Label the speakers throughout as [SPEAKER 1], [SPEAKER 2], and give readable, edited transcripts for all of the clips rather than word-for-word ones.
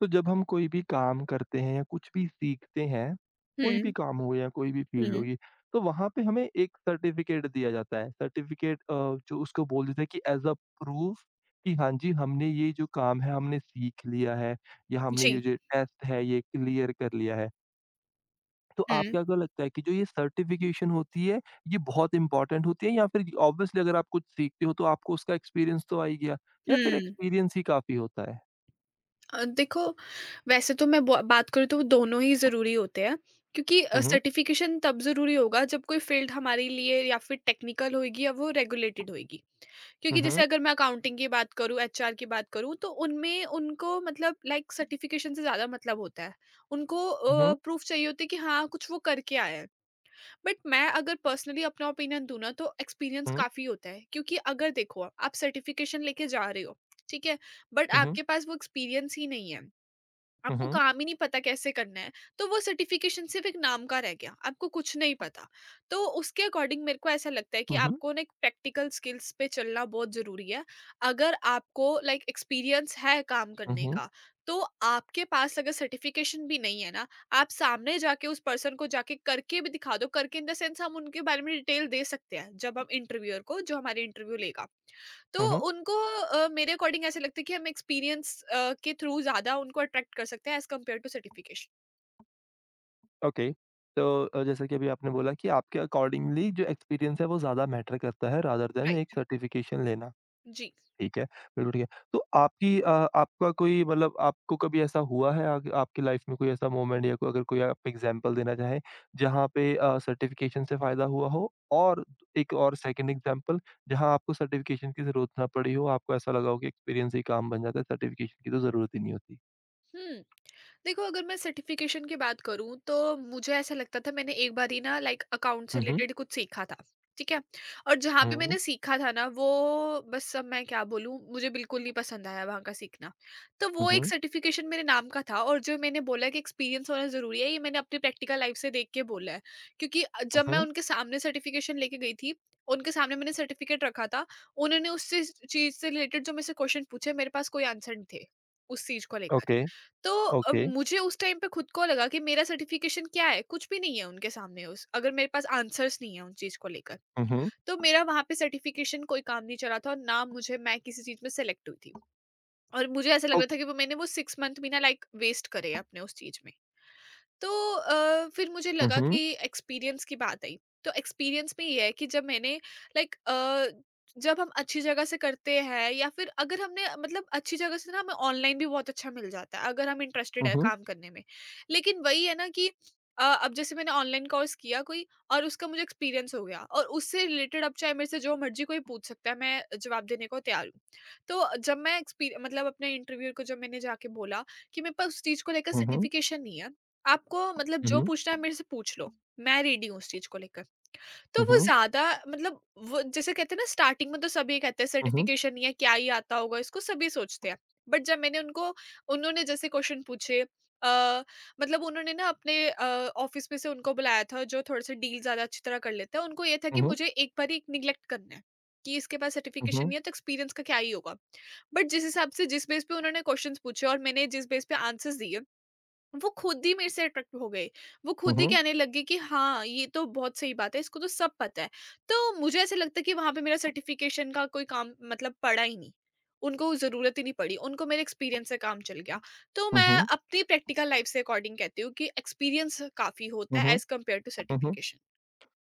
[SPEAKER 1] तो जब हम कोई भी काम करते हैं या कुछ भी सीखते हैं, कोई भी
[SPEAKER 2] हुँ,
[SPEAKER 1] काम हो या कोई भी फ़ील्ड
[SPEAKER 2] हुँ,
[SPEAKER 1] होगी, तो वहाँ पे हमें एक सर्टिफ़िकेट दिया जाता है। सर्टिफ़िकेट जो उसको बोल देते हैं कि एज़ अ प्रूफ़ कि हाँ जी, हमने ये जो काम है हमने सीख लिया है या हमने ये
[SPEAKER 2] जी,
[SPEAKER 1] जो टेस्ट है ये क्लियर कर लिया है। तो
[SPEAKER 2] हुँ,
[SPEAKER 1] आपको क्या लगता है कि जो ये सर्टिफ़िकेशन होती है, ये बहुत इम्पोर्टेंट होती है या फिर ऑब्वियसली अगर आप कुछ सीखते हो तो आपको उसका एक्सपीरियंस तो आ ही गया या फिर
[SPEAKER 2] हुँ।
[SPEAKER 1] एक्सपीरियंस ही काफ़ी होता है?
[SPEAKER 2] देखो, वैसे तो मैं ब बात करूँ तो वो दोनों ही ज़रूरी होते हैं क्योंकि
[SPEAKER 1] हुँ, हुँ।
[SPEAKER 2] सर्टिफ़िकेशन तब ज़रूरी होगा जब कोई फ़ील्ड हमारे लिए या फिर टेक्निकल होएगी या वो रेगुलेटेड होएगी।
[SPEAKER 1] हुँ,
[SPEAKER 2] क्योंकि जैसे
[SPEAKER 1] हुँ।
[SPEAKER 2] अगर मैं अकाउंटिंग की बात करूँ, एचआर की बात करूँ, तो उनमें उनको मतलब लाइक सर्टिफ़िकेशन से ज़्यादा मतलब होता है। उनको
[SPEAKER 1] हुँ, हुँ।
[SPEAKER 2] प्रूफ़ चाहिए होती है कि हाँ, कुछ वो करके आया है। बट मैं अगर पर्सनली अपना ओपिनियन दूँ ना, तो एक्सपीरियंस काफ़ी होता है क्योंकि अगर देखो आप सर्टिफिकेशन लेके जा रहे हो, ठीक है? बट
[SPEAKER 1] हुँ, हुँ।
[SPEAKER 2] आपके पास वो एक्सपीरियंस ही नहीं है।
[SPEAKER 1] हुँ,
[SPEAKER 2] आपको
[SPEAKER 1] हुँ।
[SPEAKER 2] काम ही नहीं पता कैसे करना है, तो वो सर्टिफ़िकेशन सिर्फ़ एक नाम का रह गया, आपको कुछ नहीं पता। तो उसके अकॉर्डिंग मेरे को ऐसा लगता है कि
[SPEAKER 1] हुँ, हुँ।
[SPEAKER 2] आपको ना एक प्रैक्टिकल स्किल्स पे चलना बहुत ज़रूरी है। अगर आपको लाइक एक्सपीरियंस है काम
[SPEAKER 1] हुँ,
[SPEAKER 2] करने
[SPEAKER 1] हुँ,
[SPEAKER 2] का, तो आपके पास अगर सर्टिफ़िकेशन भी नहीं है ना, आप सामने जाके उस पर्सन को जाके करके भी दिखा दो, करके इन द सेंस हम उनके बारे में डिटेल दे सकते हैं, जब हम इंटरव्यूअर को जो हमारे इंटरव्यू लेगा। तो
[SPEAKER 1] हुँ।
[SPEAKER 2] उनको मेरे अकॉर्डिंग ऐसे लगता है कि हम एक्सपीरियंस के थ्रू ज़्यादा उनको अट्रैक्ट कर सकते हैं as compared to certification.
[SPEAKER 1] Okay. तो जैसे कि अभी आपने बोला कि आपके अकॉर्डिंगली जो एक्सपीरियंस है वो ज़्यादा मैटर करता है रादर देन एक
[SPEAKER 2] राइट।
[SPEAKER 1] सर्टिफ़िकेशन लेना,
[SPEAKER 2] जी।
[SPEAKER 1] ठीक है। बिल्कुल ठीक है। तो आपकी आपका कोई मतलब आपको कभी ऐसा हुआ है आग आपकी लाइफ़ में कोई ऐसा मोमेंट या कोई अगर कोई आप एग्ज़ाम्पल देना चाहें, जहाँ पे सर्टिफ़िकेशन से फ़ायदा हुआ हो? और एक और सेकंड एग्ज़ाम्पल जहाँ आपको सर्टिफ़िकेशन की ज़रूरत ना पड़ी हो, आपको ऐसा लगा हो कि एक्सपीरियंस ही काम बन जाता है, सर्टिफ़िकेशन की तो ज़रूरत ही नहीं होती?
[SPEAKER 2] हुँ। देखो, अगर मैं सर्टिफ़िकेशन की बात करूँ तो मुझे ऐसा लगता था मैंने एक बारी ना लाइक अकाउंट से
[SPEAKER 1] हुँ, हुँ।
[SPEAKER 2] रिलेटेड कुछ सीखा था, ठीक है? और जहाँ
[SPEAKER 1] हुँ,
[SPEAKER 2] पे
[SPEAKER 1] हुँ,
[SPEAKER 2] मैंने सीखा था ना, वो बस अब मैं क्या बोलूँ, मुझे बिल्कुल नहीं पसंद आया वहाँ का सीखना। तो वो एक
[SPEAKER 1] हुँ,
[SPEAKER 2] सर्टिफ़िकेशन मेरे नाम का था, और जो मैंने बोला कि एक्सपीरियंस होना ज़रूरी है, ये मैंने अपनी प्रैक्टिकल लाइफ़ से देख के बोला है। क्योंकि जब मैं
[SPEAKER 1] हुँ।
[SPEAKER 2] उनके सामने सर्टिफ़िकेशन लेके गई थी, उनके सामने मैंने सर्टिफ़िकेट रखा था, उन्होंने उस चीज़ चीज़ से रिलेटेड जो मुझसे क्वेश्चन पूछे, मेरे पास कोई आंसर नहीं थे, उस चीज़ को लेकर।
[SPEAKER 1] Okay,
[SPEAKER 2] तो
[SPEAKER 1] okay.
[SPEAKER 2] मुझे उस टाइम पे खुद को लगा कि मेरा सर्टिफिकेशन क्या है? कुछ भी नहीं है उनके सामने, उस अगर मेरे पास आंसर्स नहीं है उन चीज़ को लेकर।
[SPEAKER 1] Mhm.
[SPEAKER 2] तो मेरा वहाँ पे सर्टिफिकेशन कोई काम नहीं चला था, और ना मुझे मैं किसी चीज़ में सेलेक्ट हुई थी। और मुझे ऐसा लग
[SPEAKER 1] Oh
[SPEAKER 2] रहा था कि वो मैंने वो 6 मंथ भी ना लाइक वेस्ट करे अपने उस चीज़ में। तो फिर मुझे लगा
[SPEAKER 1] Mhm,
[SPEAKER 2] कि एक्सपीरियंस की बात आई, तो एक्सपीरियंस में ये है कि जब मैंने लाइक जब हम अच्छी जगह से करते हैं या फिर अगर हमने मतलब अच्छी जगह से ना, हमें ऑनलाइन भी बहुत अच्छा मिल जाता है अगर हम इंटरेस्टेड है
[SPEAKER 1] mhm,
[SPEAKER 2] काम करने में। लेकिन वही है ना कि अब जैसे मैंने ऑनलाइन कोर्स किया कोई, और उसका मुझे एक्सपीरियंस हो गया, और उससे रिलेटेड अब चाहे मेरे से जो मर्जी कोई पूछ सकता है, मैं जवाब देने को तैयार हूँ। तो जब मैं एक्सपीरियंस मतलब अपने इंटरव्यू को जब मैंने जाके बोला कि मेरे पास उस चीज को लेकर
[SPEAKER 1] mhm,
[SPEAKER 2] सर्टिफिकेशन नहीं है, आपको मतलब जो
[SPEAKER 1] mhm,
[SPEAKER 2] पूछना है मेरे से पूछ लो, मैं रेडी हूँ उस चीज़ को लेकर। तो वो
[SPEAKER 1] mhm,
[SPEAKER 2] ज़्यादा मतलब वो जैसे कहते हैं ना, स्टार्टिंग में तो सभी कहते हैं
[SPEAKER 1] mhm, mhm,
[SPEAKER 2] सर्टिफ़िकेशन नहीं है, क्या ही आता होगा इसको, सभी सोचते हैं। बट जब मैंने उनको उन्होंने जैसे क्वेश्चन पूछे, मतलब उन्होंने ना अपने ऑफ़िस में से उनको बुलाया था जो थोड़े-से डील ज़्यादा अच्छी तरह कर लेते हैं, उनको ये था कि
[SPEAKER 1] mhm,
[SPEAKER 2] मुझे एक बारी निग्लेक्ट करना है, कि इसके पास सर्टिफ़िकेशन
[SPEAKER 1] mhm,
[SPEAKER 2] नहीं है तो एक्सपीरियंस का क्या ही होगा। बट जिस हिसाब से जिस बेस पे उन्होंने क्वेश्चन्स पूछे और मैंने जिस बेस पे आंसर्स दिए, वो खुद ही मेरे से अट्रैक्ट हो गए। वो खुद ही
[SPEAKER 1] mhm,
[SPEAKER 2] कहने लगे कि हाँ, ये तो बहुत सही बात है, इसको तो सब पता है। तो मुझे ऐसा लगता है कि वहाँ पे मेरा सर्टिफ़िकेशन का कोई काम मतलब पड़ा ही नहीं। उनको ज़रूरत ही नहीं पड़ी, उनको मेरे एक्सपीरियंस से काम चल गया। तो मैं अपनी प्रैक्टिकल लाइफ़ से अकॉर्डिंग कहती हूँ कि एक्सपीरियंस काफ़ी होता है
[SPEAKER 1] mhm,
[SPEAKER 2] as compared to
[SPEAKER 1] mhm.
[SPEAKER 2] Certification.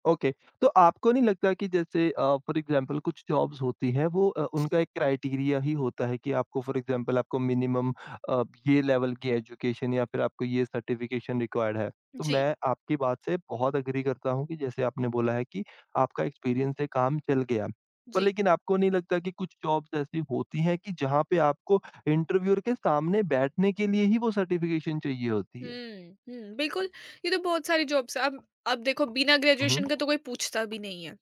[SPEAKER 1] Okay. तो आपको नहीं लगता कि जैसे फॉर एग्ज़ाम्पल कुछ जॉब्स होती हैं वो उनका एक क्राइटेरिया ही होता है कि आपको फॉर एग्ज़ाम्पल आपको मिनिमम ये लेवल की एजुकेशन या फिर आपको ये सर्टिफ़िकेशन रिक्वायर्ड है। तो
[SPEAKER 2] जी,
[SPEAKER 1] मैं आपकी बात से बहुत एग्री करता हूँ कि जैसे आपने बोला है कि आपका एक्सपीरियंस से काम चल गया। पर
[SPEAKER 2] जी।
[SPEAKER 1] लेकिन आपको नहीं लगता कि कुछ जॉब्स ऐसी होती हैं कि जहाँ पे आपको इंटरव्यूअर के सामने बैठने के लिए ही वो सर्टिफ़िकेशन चाहिए होती है?
[SPEAKER 2] हुँ, हुँ, बिल्कुल। ये तो बहुत सारी जॉब्स हैं। अब देखो, बिना
[SPEAKER 1] हुँ,
[SPEAKER 2] ग्रेजुएशन
[SPEAKER 1] हुँ।
[SPEAKER 2] के तो कोई पूछता भी नहीं है,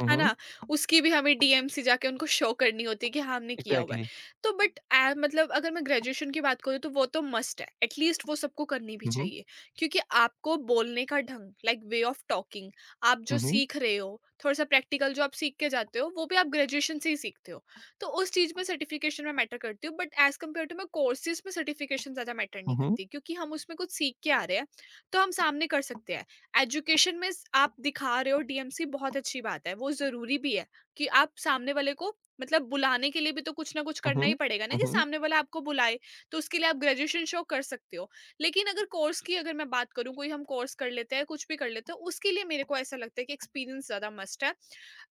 [SPEAKER 1] हुँ,
[SPEAKER 2] है
[SPEAKER 1] हुँ।
[SPEAKER 2] ना? उसकी भी हमें डीएमसी जाके उनको शो करनी होती है कि हाँ, हमने किया हुआ है।
[SPEAKER 1] एग्ज़ैक्टली।
[SPEAKER 2] तो बट मतलब अगर मैं ग्रेजुएशन की बात करूँ तो वो तो मस्ट है, एट लीस्ट वो सबको करनी भी
[SPEAKER 1] हुँ, हुँ।
[SPEAKER 2] चाहिए क्योंकि आपको बोलने का ढंग, लाइक वे ऑफ टॉकिंग, आप जो
[SPEAKER 1] हुँ, हुँ।
[SPEAKER 2] सीख रहे हो, थोड़ा-सा प्रैक्टिकल जो आप सीख के जाते हो, वो भी आप ग्रेजुएशन से ही सीखते हो। तो उस चीज़ में सर्टिफिकेशन मैं मैटर करती हूँ, बट एज़ कम्पेयर टू मैं कोर्सेज़ में सर्टिफिकेशन ज़्यादा मैटर नहीं
[SPEAKER 1] हुँ, हुँ।
[SPEAKER 2] करती क्योंकि हम उसमें कुछ सीख के आ रहे हैं, तो हम सामने कर सकते हैं। एजुकेशन में स आप दिखा रहे हो डीएमसी, बहुत अच्छी बात है, वो ज़रूरी भी है कि आप सामने वाले को मतलब बुलाने के लिए भी तो कुछ ना कुछ
[SPEAKER 1] हुँ,
[SPEAKER 2] करना
[SPEAKER 1] हुँ।
[SPEAKER 2] ही पड़ेगा ना,
[SPEAKER 1] हुँ,
[SPEAKER 2] कि
[SPEAKER 1] हुँ।
[SPEAKER 2] सामने वाला आपको बुलाए, तो उसके लिए आप ग्रेजुएशन शो कर सकते हो। लेकिन अगर कोर्स की अगर मैं बात करूँ, कोई हम कोर्स कर लेते हैं, कुछ भी कर लेते हैं, उसके लिए मेरे को ऐसा लगता है कि एक्सपीरियंस ज़्यादा मस्ट है।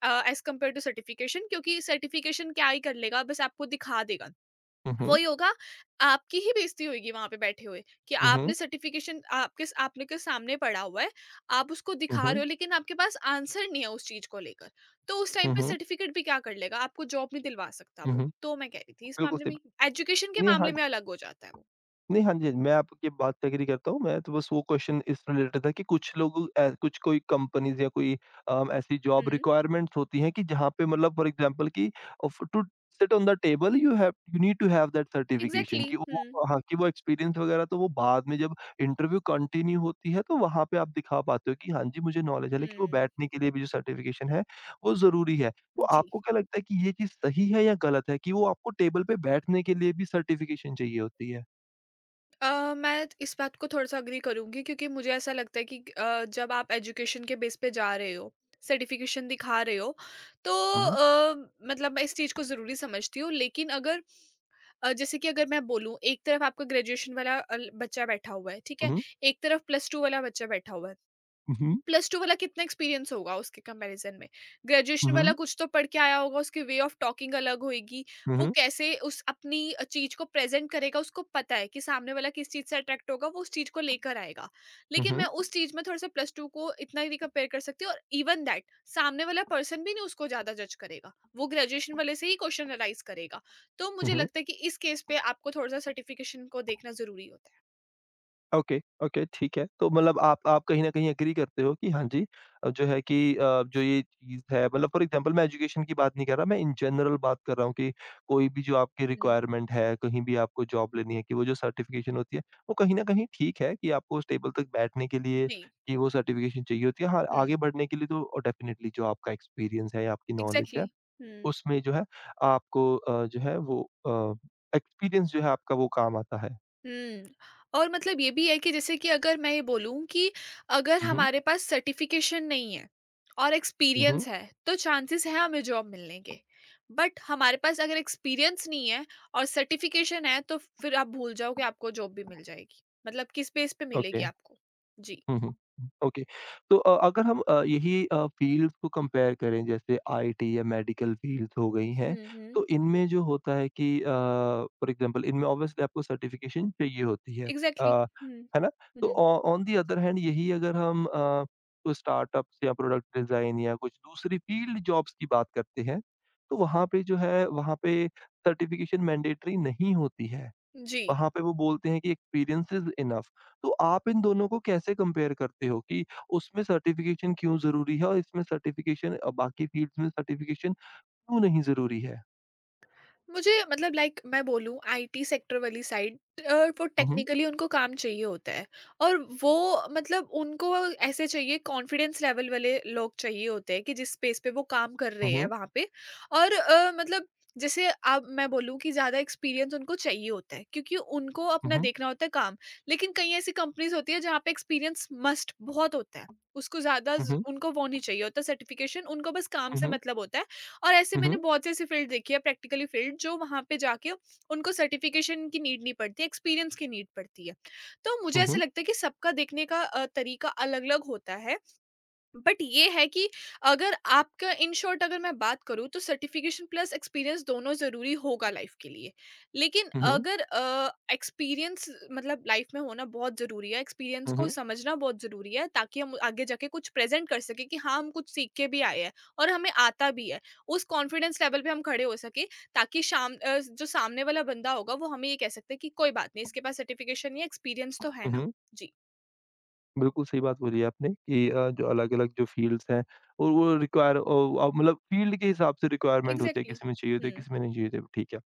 [SPEAKER 2] एज कम्पेयर टू सर्टिफिकेशन, क्योंकि सर्टिफिकेशन क्या ही कर लेगा, बस आपको दिखा देगा,
[SPEAKER 1] हुँ, हुँ।
[SPEAKER 2] वही होगा, आपकी ही बेइज्जती होगी वहां पे बैठे हुए, कि
[SPEAKER 1] हुँ,
[SPEAKER 2] आपने
[SPEAKER 1] हुँ।
[SPEAKER 2] सर्टिफिकेशन आपके आपने के सामने पड़ा हुआ है, आप उसको
[SPEAKER 1] हुँ,
[SPEAKER 2] दिखा रहे हो
[SPEAKER 1] हुँ।
[SPEAKER 2] लेकिन आपके पास आंसर नहीं है उस चीज को लेकर। तो उस टाइम
[SPEAKER 1] हुँ,
[SPEAKER 2] पे
[SPEAKER 1] हुँ।
[SPEAKER 2] सर्टिफिकेट भी क्या कर लेगा, आपको जॉब नहीं दिलवा सकता,
[SPEAKER 1] हुँ,
[SPEAKER 2] वो
[SPEAKER 1] हुँ।
[SPEAKER 2] तो मैं कह रही थी इस
[SPEAKER 1] बिल्कुल
[SPEAKER 2] मामले
[SPEAKER 1] सही
[SPEAKER 2] में।
[SPEAKER 1] बात।
[SPEAKER 2] एजुकेशन के
[SPEAKER 1] नहीं, हाँ।
[SPEAKER 2] मामले में अलग हो जाता है वो।
[SPEAKER 1] नहीं, हाँ जी, मैं आपकी बात से एग्री करता हूँ। मैं तो बस वो क्वेश्चन इस रिलेटेड था कि कुछ लोग कुछ कोई कंपनीज़ या कोई ऐसी जॉब
[SPEAKER 2] हम्म।
[SPEAKER 1] रिक्वायरमेंट्स होती हैं कि जहाँ पे मतलब फॉर एग्ज़ाम्पल कि off to sit on the table you need to have that certification
[SPEAKER 2] exactly.
[SPEAKER 1] कि वो
[SPEAKER 2] हम्म।
[SPEAKER 1] हाँ, कि वो एक्सपीरियंस वगैरह तो वो बाद में जब इंटरव्यू कंटिन्यू होती है, तो वहाँ पे आप दिखा पाते हो कि हाँ जी, मुझे नॉलेज है, लेकिन वो
[SPEAKER 2] हम्म।
[SPEAKER 1] बैठने के लिए भी जो सर्टिफिकेशन है, वो ज़रूरी है। तो
[SPEAKER 2] जी।
[SPEAKER 1] आपको क्या लगता है कि ये चीज़ सही है या गलत है कि वो आपको टेबल पे बैठने के लिए भी सर्टिफिकेशन चाहिए होती है?
[SPEAKER 2] मैं इस बात को थोड़ा-सा एग्री करूँगी क्योंकि मुझे ऐसा लगता है कि जब आप एजुकेशन के बेस पे जा रहे हो, सर्टिफ़िकेशन दिखा रहे हो, तो
[SPEAKER 1] हुँ, हुँ।
[SPEAKER 2] अ, मतलब मैं इस चीज़ को ज़रूरी समझती हूँ। लेकिन अगर जैसे कि अगर मैं बोलूँ, एक तरफ आपका ग्रेजुएशन वाला अल बच्चा बैठा हुआ है, ठीक है?
[SPEAKER 1] उहुँ,
[SPEAKER 2] एक तरफ प्लस 2 वाला बच्चा बैठा हुआ है।
[SPEAKER 1] उहुँ,
[SPEAKER 2] प्लस 2 वाला कितना एक्सपीरियंस होगा उसके कंपैरिज़न में? ग्रेजुएशन वाला
[SPEAKER 1] उहुँ,
[SPEAKER 2] कुछ तो पढ़ के आया होगा, उसकी वे ऑफ टॉकिंग अलग होएगी, वो
[SPEAKER 1] उहुँ,
[SPEAKER 2] कैसे उस अपनी चीज़ को प्रेज़ेंट करेगा, उसको पता है कि सामने वाला किस चीज़ से अट्रैक्ट होगा, वो उस चीज़ को लेकर आएगा। लेकिन
[SPEAKER 1] उहुँ,
[SPEAKER 2] मैं उस चीज़ में थोड़ा-सा प्लस 2 को इतना ही नहीं कंपेयर कर सकती हूँ, और इवन दैट सामने वाला पर्सन भी नहीं उसको ज़्यादा जज करेगा, वो ग्रेजुएशन वाले से ही क्वेश्चन एनालाइज़ करेगा। तो मुझे
[SPEAKER 1] उहुँ।
[SPEAKER 2] लगता है कि इस केस पे आपको थोड़ा-सा सर्टिफ़िकेशन को देखना ज़रूरी होता है।
[SPEAKER 1] ओके, ओके, ठीक है। तो मतलब आप कहीं न कहीं एग्री करते हो कि हाँ जी जो है कि जो ये चीज़ है मतलब फॉर एग्ज़ाम्पल मैं एजुकेशन की बात नहीं कर रहा, मैं इन जनरल बात कर रहा हूँ कि कोई भी जो आपकी
[SPEAKER 2] हुँ,
[SPEAKER 1] रिक्वायरमेंट है, कहीं भी आपको जॉब लेनी है कि वो जो सर्टिफ़िकेशन होती है, वो कहीं न कहीं ठीक है कि आपको उस टेबल तक बैठने के लिए
[SPEAKER 2] जी।
[SPEAKER 1] कि वो सर्टिफ़िकेशन चाहिए होती है। हाँ,
[SPEAKER 2] हुँ,
[SPEAKER 1] आगे बढ़ने के लिए तो डेफ़िनिटली जो आपका एक्सपीरियंस है या आपकी नॉलेज
[SPEAKER 2] एग्ज़ैक्टली।
[SPEAKER 1] है
[SPEAKER 2] हुँ।
[SPEAKER 1] उसमें जो है आपको जो है वो अ, एक्सपीरियंस जो है आपका वो काम आता है।
[SPEAKER 2] हुँ। और मतलब ये भी है कि जैसे कि अगर मैं ये बोलूँ कि अगर
[SPEAKER 1] हुँ, हुँ।
[SPEAKER 2] हमारे पास सर्टिफ़िकेशन नहीं है और
[SPEAKER 1] हुँ, हुँ।
[SPEAKER 2] एक्सपीरियंस है, तो चांसेस हैं हमें जॉब मिलने के। बट हमारे पास अगर एक्सपीरियंस नहीं है और सर्टिफ़िकेशन है, तो फिर आप भूल जाओ कि आपको जॉब भी मिल जाएगी। मतलब किस बेस पे
[SPEAKER 1] ओके।
[SPEAKER 2] मिलेगी आपको? जी।
[SPEAKER 1] हुँ, हुँ। ओके। तो अगर हम यही फ़ील्ड्स को कंपेयर करें जैसे आईटी या मेडिकल फ़ील्ड्स हो गई हैं,
[SPEAKER 2] हुँ, हुँ।
[SPEAKER 1] तो इनमें जो होता है कि फॉर एग्ज़ाम्पल इनमें ऑब्वियसली आपको सर्टिफ़िकेशन चाहिए होती है।
[SPEAKER 2] एग्ज़ैक्टली।
[SPEAKER 1] अ,
[SPEAKER 2] हुँ।
[SPEAKER 1] है ना? तो
[SPEAKER 2] हुँ।
[SPEAKER 1] ऑ ऑन दी अदर हैंड यही अगर हम कोई स्टार्टअप्स या प्रोडक्ट डिज़ाइन या कुछ दूसरी फ़ील्ड जॉब्स की बात करते हैं, तो वहाँ पे सर्टिफ़िकेशन मैंडेटरी नहीं होती है।
[SPEAKER 2] जी।
[SPEAKER 1] वहाँ पे वो बोलते हैं कि एक्सपीरियंस इज़ इनफ। तो आप इन दोनों को कैसे कंपेयर करते हो कि उसमें सर्टिफिकेशन क्यों ज़रूरी है और इसमें सर्टिफिकेशन बाकी फ़ील्ड्स में सर्टिफिकेशन क्यों नहीं ज़रूरी है?
[SPEAKER 2] मुझे मतलब लाइक मैं बोलूँ आईटी सेक्टर वाली साइड, अ, वो
[SPEAKER 1] हुँ, हुँ।
[SPEAKER 2] टेक्निकली उनको काम चाहिए होता है और वो मतलब उनको ऐसे चाहिए, कॉन्फिडेंस लेवल वाले लोग चाहिए होते हैं कि जिस स्पेस पे वो काम कर
[SPEAKER 1] हुँ,
[SPEAKER 2] रहे हैं
[SPEAKER 1] हुँ।
[SPEAKER 2] वहाँ पे। और मतलब जैसे अब मैं बोलूँ कि ज़्यादा एक्सपीरियंस उनको चाहिए होता है क्योंकि उनको
[SPEAKER 1] हुँ,
[SPEAKER 2] अपना
[SPEAKER 1] हुँ।
[SPEAKER 2] देखना होता है काम। लेकिन कई ऐसी कंपनीज होती है जहाँ पे एक्सपीरियंस मस्ट बहुत होता है, उसको ज़्यादा
[SPEAKER 1] हुँ, हुँ।
[SPEAKER 2] उनको वो नहीं चाहिए होता सर्टिफिकेशन, उनको बस काम
[SPEAKER 1] हुँ,
[SPEAKER 2] से
[SPEAKER 1] हुँ।
[SPEAKER 2] मतलब होता है। और ऐसे
[SPEAKER 1] हुँ,
[SPEAKER 2] मैंने
[SPEAKER 1] हुँ।
[SPEAKER 2] बहुत से ऐसे फील्ड देखी है प्रैक्टिकली, फील्ड जो वहाँ पे जाके उनको सर्टिफिकेशन की नीड नहीं पड़ती, एक्सपीरियंस की नीड पड़ती है। तो मुझे ऐसा लगता है कि सबका देखने का तरीका अलग अलग होता है। बट ये है कि अगर आपका, इन शॉर्ट अगर मैं बात करूँ, तो सर्टिफिकेशन प्लस एक्सपीरियंस दोनों ज़रूरी होगा लाइफ के लिए। लेकिन
[SPEAKER 1] हुँ,
[SPEAKER 2] अगर एक्सपीरियंस मतलब लाइफ में होना बहुत ज़रूरी है, एक्सपीरियंस को
[SPEAKER 1] हुँ।
[SPEAKER 2] समझना बहुत ज़रूरी है, ताकि हम आगे जाके कुछ प्रेज़ेंट कर सकें कि हाँ, हम कुछ सीख के भी आए हैं और हमें आता भी है। उस कॉन्फिडेंस लेवल पे हम खड़े हो सकें ताकि शाम जो सामने वाला बंदा होगा वो हमें ये कह सकता है कि कोई बात नहीं, इसके पास सर्टिफिकेशन या एक्सपीरियंस तो है
[SPEAKER 1] हुँ,
[SPEAKER 2] ना।
[SPEAKER 1] हुँ।
[SPEAKER 2] जी।
[SPEAKER 1] बिल्कुल सही बात बोली आपने कि जो अलग-अलग जो फ़ील्ड्स हैं और वो रिक्वायर मतलब फ़ील्ड के हिसाब से रिक्वायरमेंट होती है,
[SPEAKER 2] एग्ज़ैक्टली।
[SPEAKER 1] किसी में चाहिए होती
[SPEAKER 2] हुँ,
[SPEAKER 1] है, किसी में नहीं चाहिए होती है। ठीक है।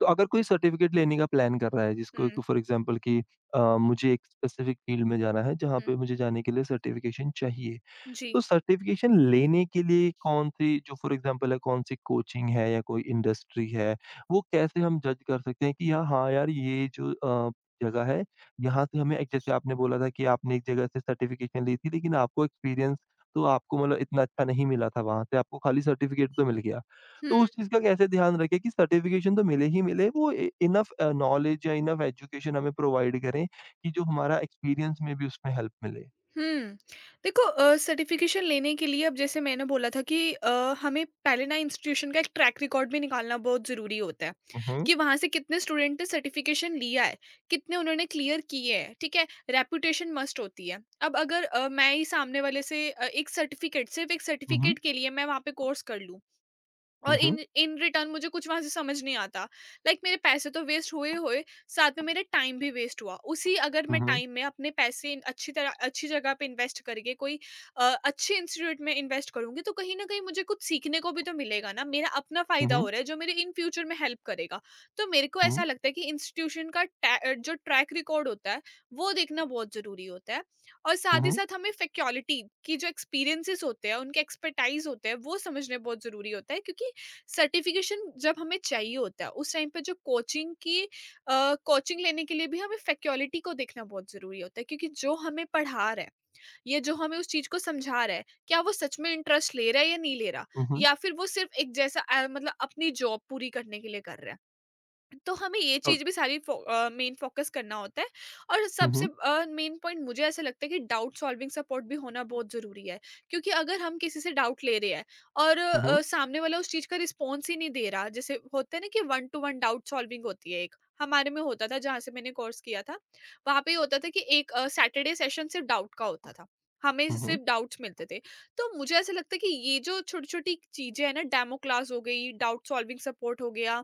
[SPEAKER 1] तो अगर कोई सर्टिफिकेट लेने का प्लान कर रहा है जिसको
[SPEAKER 2] हुँ,
[SPEAKER 1] फॉर एग्जांपल कि मुझे एक स्पेसिफिक फील्ड में जाना है जहाँ
[SPEAKER 2] हुँ।
[SPEAKER 1] पे मुझे जाने के लिए सर्टिफिकेशन चाहिए।
[SPEAKER 2] जी।
[SPEAKER 1] तो सर्टिफ़िकेशन लेने के लिए कौन-सी जो फ़ॉर एग्ज़ाम्पल है कौन-सी कोचिंग है या कोई इंडस्ट्री है, वो कैसे हम जज कर सकते हैं कि या हाँ यार ये जो जगह है, यहाँ से हमें एक जैसे आपने बोला था कि आपने एक जगह से सर्टिफ़िकेशन ली थी लेकिन आपको एक्सपीरियंस तो आपको मतलब इतना अच्छा नहीं मिला था वहाँ से, आपको खाली सर्टिफ़िकेट तो मिल गया। तो
[SPEAKER 2] हुँ,
[SPEAKER 1] उस चीज़ का कैसे ध्यान रखें कि सर्टिफ़िकेशन तो मिले ही मिले वो इ इनफ़ नॉलेज या इनफ़ एजुकेशन हमें प्रोवाइड करें कि जो हमारा एक्सपीरियंस में भी उसमें हेल्प मिले?
[SPEAKER 2] हुँ। देखो, सर्टिफ़िकेशन लेने के लिए, अब जैसे मैंने बोला था कि हमें पहले ना इंस्टीट्यूशन का एक ट्रैक रिकॉर्ड भी निकालना बहुत ज़रूरी होता है,
[SPEAKER 1] हुँ, हुँ।
[SPEAKER 2] कि वहाँ से कितने स्टूडेंट ने सर्टिफ़िकेशन लिया है, कितने उन्होंने क्लियर किए हैं, ठीक है? रेपुटेशन मस्ट होती है। अब अगर मैं ही सामने वाले से एक सर्टिफ़िकेट सिर्फ़ एक
[SPEAKER 1] हुँ, हुँ।
[SPEAKER 2] सर्टिफ़िकेट के लिए मैं वहाँ पे कोर्स कर लूँ और
[SPEAKER 1] हुँ,
[SPEAKER 2] इन
[SPEAKER 1] हुँ।
[SPEAKER 2] इन रिटर्न मुझे कुछ वहाँ से समझ नहीं आता। लाइक मेरे पैसे तो वेस्ट हुए हुए, साथ में मेरा टाइम भी वेस्ट हुआ। उसी अगर
[SPEAKER 1] हुँ,
[SPEAKER 2] मैं
[SPEAKER 1] हुँ।
[SPEAKER 2] टाइम में अपने पैसे अच्छी तरह अच्छी जगह पे इन्वेस्ट करके कोई अच्छे इंस्टीट्यूट में इन्वेस्ट करूँगी, तो कहीं न कहीं मुझे कुछ सीखने को भी तो मिलेगा ना। मेरा अपना
[SPEAKER 1] हुँ,
[SPEAKER 2] फ़ायदा हो
[SPEAKER 1] हुँ,
[SPEAKER 2] रहा है, जो मेरे इन फ्यूचर में हेल्प करेगा। तो मेरे को
[SPEAKER 1] हुँ,
[SPEAKER 2] ऐसा लगता है कि इंस्टीट्यूशन का जो ट्रैक रिकॉर्ड होता है, वो देखना बहुत ज़रूरी होता है। और साथ ही
[SPEAKER 1] हुँ,
[SPEAKER 2] साथ हमें फैक्योलिटी की जो एक्सपीरियंसेज़ होते हैं, उनके एक्सपर्टाइज़ होते हैं, वो समझने बहुत ज़रूरी होता है क्योंकि सर्टिफिकेशन जब हमें चाहिए होता है उस टाइम पे जो कोचिंग की कोचिंग लेने के लिए भी हमें फैकल्टी को देखना बहुत जरूरी होता है क्योंकि जो हमें पढ़ा रहा है या जो हमें उस चीज को समझा रहा है क्या वो सच में इंटरेस्ट ले रहा है या नहीं ले रहा।
[SPEAKER 1] हुँ, हुँ,
[SPEAKER 2] या फिर वो सिर्फ एक जैसा मतलब अपनी जॉब पूरी करने के लिए कर रहा है। तो हमें ये
[SPEAKER 1] और
[SPEAKER 2] चीज़ भी सारी मेन फ़ोकस करना होता है। और
[SPEAKER 1] हुँ,
[SPEAKER 2] सबसे
[SPEAKER 1] हुँ,
[SPEAKER 2] मेन पॉइंट मुझे ऐसा लगता है कि डाउट सॉल्विंग सपोर्ट भी होना बहुत ज़रूरी है। क्योंकि अगर हम किसी से डाउट ले रहे हैं और
[SPEAKER 1] हुँ, हुँ,
[SPEAKER 2] सामने वाला उस चीज़ का रिस्पॉन्स ही नहीं दे रहा, जैसे होता है ना कि one to one doubt solving होती है एक। हमारे में होता था जहाँ से मैंने कोर्स किया था, वहाँ पे ये होता था कि एक सैटरडे सेशन सिर्फ़ डाउट का होता था। हमें सिर्फ़ डाउट्स मिलते थे। तो मुझे ऐसा लगता है कि ये जो छोटी-छोटी चीज़ें हैं ना, डेमो क्लास हो गई, डाउट सॉल्विंग सपोर्ट हो गया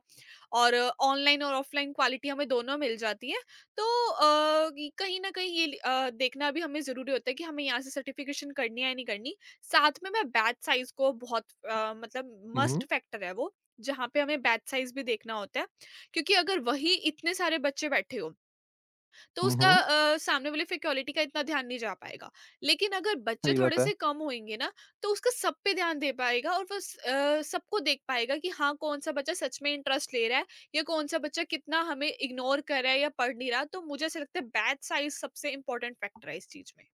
[SPEAKER 2] और ऑनलाइन और ऑफलाइन क्वालिटी हमें दोनों मिल जाती है। तो अ, कि कहीं न कहीं ये देखना भी हमें ज़रूरी होता है कि हमें यहाँ से सर्टिफ़िकेशन करनी है या नहीं करनी। साथ में मैं बैच साइज़ को बहुत
[SPEAKER 1] हुँ,
[SPEAKER 2] मस्ट फैक्टर है वो, जहाँ पे हमें बैच साइज़ भी देखना होता है। क्योंकि अगर वही इतने सारे बच्चे बैठे हों तो
[SPEAKER 1] हुँ,
[SPEAKER 2] उसका
[SPEAKER 1] हुँ,
[SPEAKER 2] सामने वाले पे क्वालिटी का इतना ध्यान नहीं जा पाएगा। लेकिन अगर बच्चे
[SPEAKER 1] सही
[SPEAKER 2] थोड़े
[SPEAKER 1] बात है।
[SPEAKER 2] से कम होएँगे ना, तो उसका सब पे ध्यान दे पाएगा और वो सबको देख पाएगा कि हाँ, कौन-सा बच्चा सच में इंटरेस्ट ले रहा है या कौन-सा बच्चा कितना हमें इग्नोर कर रहा है या पढ़ नहीं रहा। तो मुझे ऐसा लगता है बैच साइज़ सबसे इम्पोर्टेंट फैक्टर है इस चीज़ में।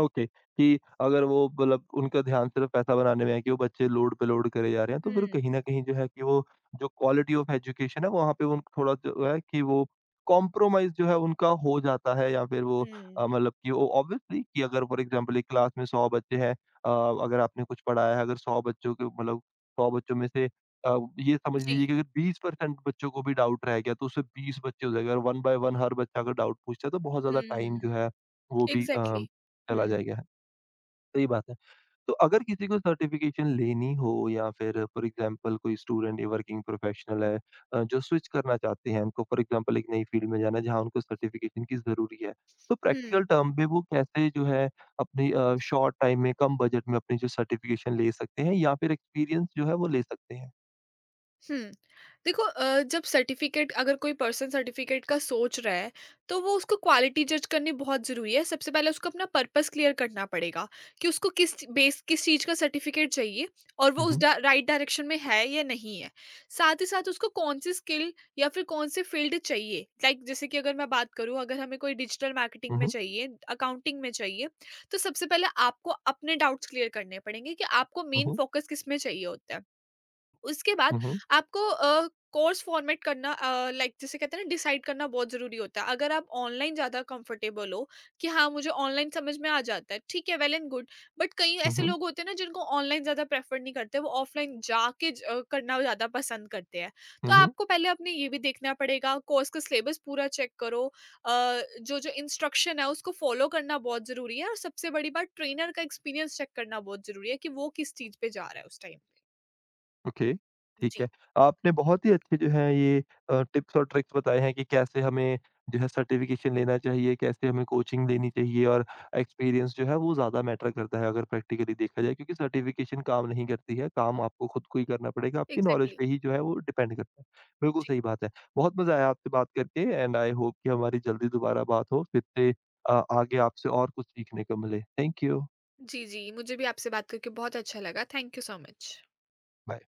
[SPEAKER 1] ओके, कि अगर वो मतलब उनका ध्यान सिर्फ़ पैसा बनाने में है कि वो बच्चे लोड पे लोड करे जा रहे हैं, तो फिर
[SPEAKER 2] हुँ,
[SPEAKER 1] कहीं न कहीं जो है कि वो जो क्वालिटी ऑफ़ एजुकेशन है, वहाँ पे उन थोड़ा जो है कि वो कॉम्प्रोमाइज़ जो है उनका हो जाता है या फिर वो
[SPEAKER 2] हुँ।
[SPEAKER 1] मतलब कि वो ऑब्वियसली कि अगर फॉर एग्ज़ाम्पल एक क्लास में 100 बच्चे हैं अ, अगर आपने कुछ पढ़ाया है, अगर 100 बच्चों के मतलब 100 बच्चों में से ये समझ
[SPEAKER 2] जी।
[SPEAKER 1] लीजिए कि अगर 20% बच्चों को भी डाउट रह गया, तो उससे 20 बच्चे हो जाएगा और 1 बाय 1 हर बच्चा अगर डाउट पूछता है, तो बहुत
[SPEAKER 2] हुँ,
[SPEAKER 1] ज़्यादा
[SPEAKER 2] हुँ,
[SPEAKER 1] टाइम
[SPEAKER 2] हुँ।
[SPEAKER 1] जो है, वो भी
[SPEAKER 2] एग्ज़ैक्टली।
[SPEAKER 1] चला
[SPEAKER 2] हुँ,
[SPEAKER 1] जाएगा, सही बात है। तो अगर किसी को सर्टिफ़िकेशन लेनी हो या फिर फॉर एग्ज़ाम्पल कोई स्टूडेंट या वर्किंग प्रोफ़ेशनल है जो स्विच करना चाहते हैं, उनको फॉर एग्ज़ाम्पल एक नई फ़ील्ड में जाना है जहाँ उनको सर्टिफ़िकेशन की ज़रूरी है। तो
[SPEAKER 2] हुँ।
[SPEAKER 1] प्रैक्टिकल टर्म पे वो कैसे जो है अपनी शॉर्ट टाइम में, कम बजट में अपनी जो सर्टिफ़िकेशन ले सकते हैं या फिर एक्सपीरियंस जो है वो ले सकते हैं?
[SPEAKER 2] हुँ। देखो जब सर्टिफ़िकेट अगर कोई पर्सन सर्टिफ़िकेट का सोच रहा है, तो वो उसको क्वालिटी जज करनी बहुत ज़रूरी है। सबसे पहले उसको अपना पर्पस क्लियर करना पड़ेगा कि उसको किस चीज़ का सर्टिफ़िकेट चाहिए और वो
[SPEAKER 1] हुँ,
[SPEAKER 2] उस
[SPEAKER 1] हुँ।
[SPEAKER 2] डा राइट डायरेक्शन में है या नहीं है। साथ ही साथ उसको कौन-सी स्किल या फिर कौन-से फ़ील्ड चाहिए। लाइक जैसे कि अगर मैं बात करूँ, अगर हमें कोई डिजिटल मार्केटिंग
[SPEAKER 1] हुँ,
[SPEAKER 2] में
[SPEAKER 1] हुँ।
[SPEAKER 2] चाहिए, अकाउंटिंग में चाहिए, तो सबसे पहले आपको अपने डाउट्स क्लियर करने पड़ेंगे कि आपको
[SPEAKER 1] हुँ,
[SPEAKER 2] मेन
[SPEAKER 1] हुँ।
[SPEAKER 2] फ़ोकस किस में चाहिए होता है। उसके बाद
[SPEAKER 1] हुँ, हुँ।
[SPEAKER 2] आपको कोर्स लाइक जिसे कहते हैं ना, डिसाइड करना बहुत ज़रूरी होता है। अगर आप ऑनलाइन ज़्यादा कंफर्टेबल हो कि हाँ, मुझे ऑनलाइन समझ में आ जाता है, ठीक है, वेल एंड गुड। बट कई
[SPEAKER 1] हुँ,
[SPEAKER 2] ऐसे
[SPEAKER 1] हुँ।
[SPEAKER 2] लोग होते हैं ना, जिनको ऑनलाइन ज़्यादा प्रेफर नहीं करते, वो ऑफलाइन जाके करना ज़्यादा पसंद करते हैं। तो
[SPEAKER 1] हुँ, हुँ।
[SPEAKER 2] आपको पहले अपने ये भी देखना पड़ेगा, कोर्स का सिलेबस पूरा चेक करो। अ, जो-जो इंस्ट्रक्शन है उसको फ़ॉलो करना बहुत ज़रूरी है और सबसे बड़ी बात ट्रेनर का एक्सपीरियंस चेक करना बहुत ज़रूरी है कि वो किस चीज़ पे जा रहा है उस टाइम पे।
[SPEAKER 1] ओके, ठीक
[SPEAKER 2] जी।
[SPEAKER 1] है। आपने बहुत ही अच्छे जो है ये टिप्स और ट्रिक्स बताए हैं कि कैसे हमें जो है सर्टिफ़िकेशन लेना चाहिए, कैसे हमें कोचिंग लेनी चाहिए और एक्सपीरियंस जो है वो ज़्यादा मैटर करता है अगर प्रैक्टिकली देखा जाए क्योंकि सर्टिफ़िकेशन काम नहीं करती है, काम आपको खुद को ही करना पड़ेगा, आपकी नॉलेज
[SPEAKER 2] एग्ज़ैक्टली,
[SPEAKER 1] पे ही जो है वो डिपेंड करता है। बिल्कुल
[SPEAKER 2] जी।
[SPEAKER 1] सही बात है। बहुत मज़ा आया आपसे बात करके एंड आई होप कि हमारी जल्दी दोबारा बात हो, फिर से आगे आपसे और कुछ सीखने को मिले। Thank you.
[SPEAKER 2] जी, जी, मुझे भी आपसे बात करके बहुत अच्छा लगा। Thank you so much.
[SPEAKER 1] Bye.